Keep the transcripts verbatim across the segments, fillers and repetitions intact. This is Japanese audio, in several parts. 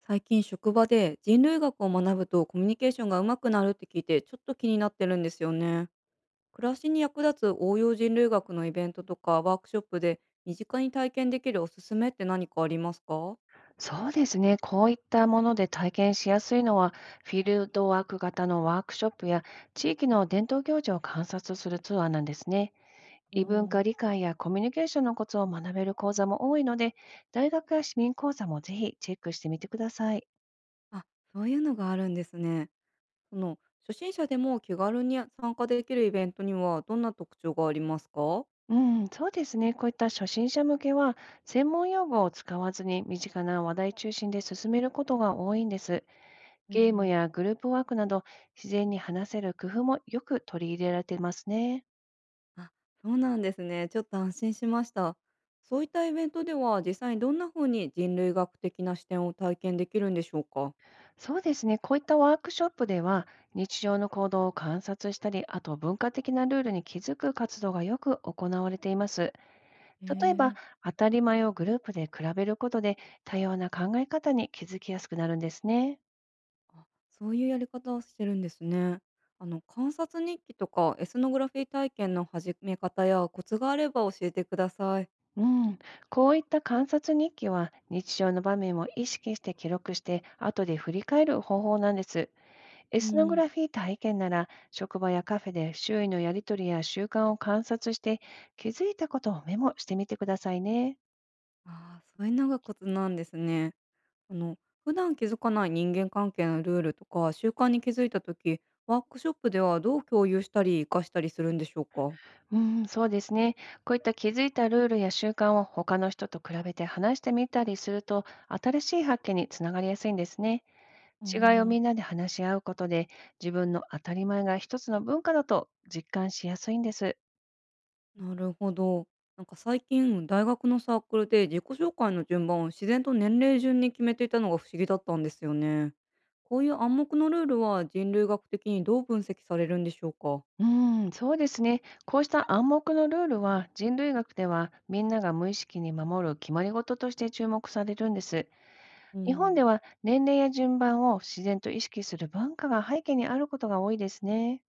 最近職場で人類学を学ぶとコミュニケーションがうまくなるって聞いて、ちょっと気になってるんですよね。暮らしに役立つ応用人類学のイベントとかワークショップで身近に体験できるおすすめって何かありますか？そうですね。こういったもので体験しやすいのは、フィールドワーク型のワークショップや地域の伝統行事を観察するツアーなんですね。う異文化ん。理解やコミュニケーションのコツを学べる講座も多いので、大学や市民講座もぜひチェックしてみてください。あ、そういうのがあるんですね。その初心者でも気軽に参加できるイベントにはどんな特徴がありますか？うん、そうですね。こういった初心者向けは、専門用語を使わずに身近な話題中心で進めることが多いんです。ゲームやグループワークなど、自然に話せる工夫もよく取り入れられてますね。あ、そうなんですね。ちょっと安心しました。そういったイベントでは実際にどんな風に人類学的な視点を体験できるんでしょうか？そうですね。こういったワークショップでは、日常の行動を観察したり、あと文化的なルールに気づく活動がよく行われています。へ例えば、え。当たり前をグループで比べることで、多様な考え方に気づきやすくなるんですね。あ、そういうやり方をしてるんですね。あの、観察日記とかエスノグラフィー体験の始め方やコツがあれば教えてください。うん、こういった観察日記は、日常の場面を意識して記録して、後で振り返る方法なんです。エうスノグん。ラフィー体験なら、職場やカフェで周囲のやりとりや習慣を観察して、気づいたことをメモしてみてくださいね。ああ、そういうのがコツなんですね。あの、普段気づかない人間関係のルールとか習慣に気づいた時、ワークショップではどう共有したり活かしたりするんでしょうか？うん、そうですね。こういった気づいたルールや習慣を他の人と比べて話してみたりすると、新しい発見につながりやすいんですね。あ違いをみんあ。なで話し合うことで、自分の当たり前が一つの文化だと実感しやすいんです。なるほど。なんか最近、大学のサークルで自己紹介の順番を自然と年齢順に決めていたのが不思議だったんですよね。こういう暗黙のルールは人類学的にどう分析されるんでしょうか？うん、そうですね。こうした暗黙のルールは、人類学ではみんなが無意識に守る決まり事として注目されるんです。う日本でん、は年齢や順番を自然と意識する文化が背景にあることが多いですね。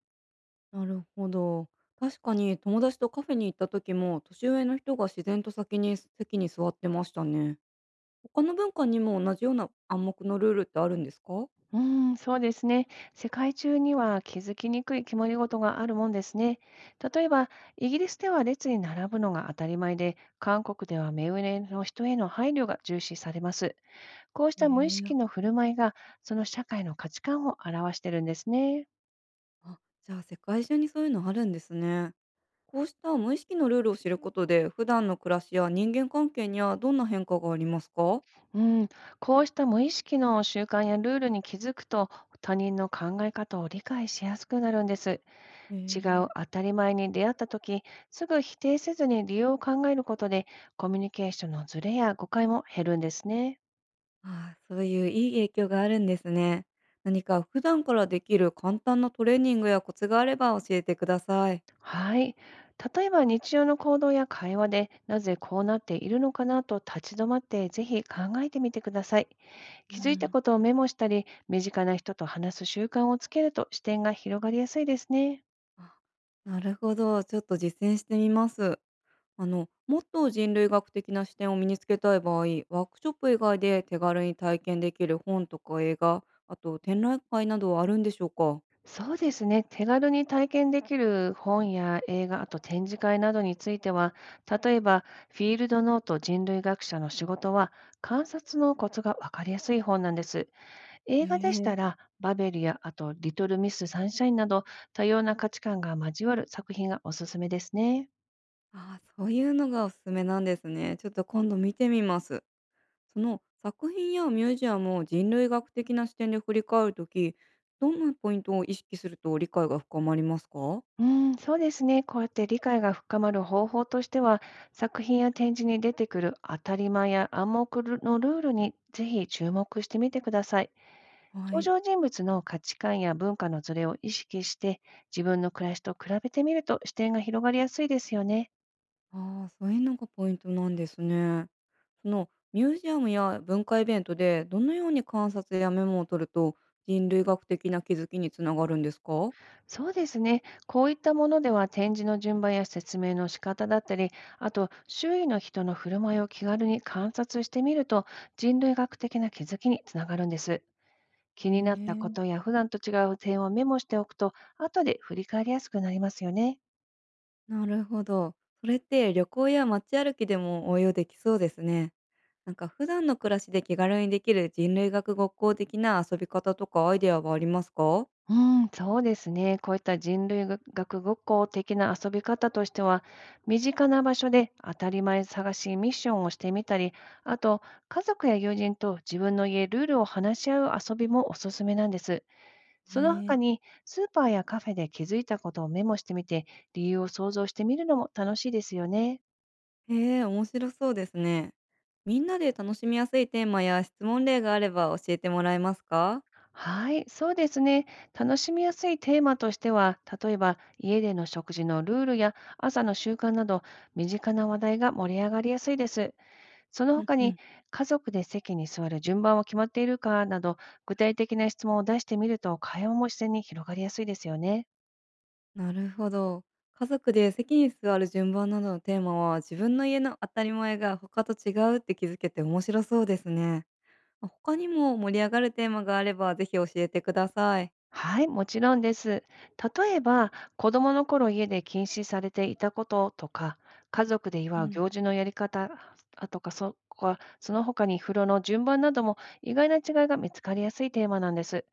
なるほど。確かに友達とカフェに行った時も、年上の人が自然と先に席に座ってましたね。他の文化にも同じような暗黙のルールってあるんですか？うん、そうですね。世界中には気づきにくい決まり事があるもんですね。例えば、イギリスでは列に並ぶのが当たり前で、韓国では目上の人への配慮が重視されます。こうした無意え識のえ。振る舞いが、その社会の価値観を表してるんですね。あ、じゃあ世界中にそういうのあるんですね。こうした無意識のルールを知ることで、普段の暮らしや人間関係にはどんな変化がありますか？うん、こうした無意識の習慣やルールに気づくと、他人の考え方を理解しやすくなるんです。へえ違うー。当たり前に出会った時、すぐ否定せずに理由を考えることで、コミュニケーションのズレや誤解も減るんですね。ああ、そういういい影響があるんですね。何か普段からできる簡単なトレーニングやコツがあれば教えてください。はい。例えば、日常の行動や会話で、なぜこうなっているのかなと立ち止まって、ぜひ考えてみてください。う気づいたん。ことをメモしたり、身近な人と話す習慣をつけると、視点が広がりやすいですね。あ、なるほど。ちょっと実践してみます。あの、もっと人類学的な視点を身につけたい場合、ワークショップ以外で手軽に体験できる本とか映画、あと展覧会などはあるんでしょうか？そうですね。手軽に体験できる本や映画、あと展示会などについては、例えば、フィールドノート人類学者の仕事は、観察のコツがわかりやすい本なんです。映画でしえたえ。ら、バベルや、あと、リトルミス・サンシャインなど、多様な価値観が交わる作品がおすすめですね。ああ、そういうのがおすすめなんですね。ちょっと今度見てみます。その作品やミュージアムを人類学的な視点で振り返るとき、どんなポイントを意識すると理解が深まりますか？うん、そうですね。こうやって理解が深まる方法としては、作品や展示に出てくる当たり前や暗黙のルールに、ぜひ注目してみてください。は登い。場人物の価値観や文化のズレを意識して、自分の暮らしと比べてみると、視点が広がりやすいですよね。ああ、そういうのがポイントなんですね。そのミュージアムや文化イベントでどのように観察やメモを取ると人類学的な気づきにつながるんですか？そうですね。こういったものでは、展示の順番や説明の仕方だったり、あと周囲の人の振る舞いを気軽に観察してみると、人類学的な気づきにつながるんです。へ気になったこえ。とや普段と違う点をメモしておくと、後で振り返りやすくなりますよね。なるほど。それって旅行や街歩きでも応用できそうですね。なんか普段の暮らしで気軽にできる人類学学校的な遊び方とかアイデアはありますか？うん、そうですね。こういった人類学ごっこ的な遊び方としては、身近な場所で当たり前探しミッションをしてみたり、あと、家族や友人と自分の家ルールを話し合う遊びもおすすめなんです。へその他え。に、スーパーやカフェで気づいたことをメモしてみて、理由を想像してみるのも楽しいですよね。へえ、面白そうですね。みんなで楽しみやすいテーマや質問例があれば教えてもらえますか？はい、そうですね。楽しみやすいテーマとしては、例えば、家での食事のルールや朝の習慣など、身近な話題が盛り上がりやすいです。そのうん他うに、ん。家族で席に座る順番は決まっているかなど、具体的な質問を出してみると、会話も自然に広がりやすいですよね。なるほど。家族で席に座る順番などのテーマは、自分の家の当たり前が他と違うって気づけて面白そうですね。あ、他にも盛り上がるテーマがあれば、ぜひ教えてください。はい、もちろんです。例えば、子供の頃家で禁止されていたこととか、家族でう祝う行ん、事のやり方あとか、そこはその他に、風呂の順番なども意外な違いが見つかりやすいテーマなんです。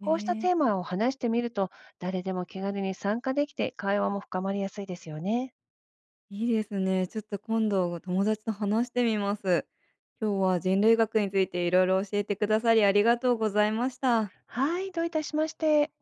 えこうしたテーえ。マを話してみると、誰でも気軽に参加できて会話も深まりやすいですよね。いいですね。ちょっと今度、友達と話してみます。今日は人類学についていろいろ教えてくださり、ありがとうございました。はい、どういたしまして。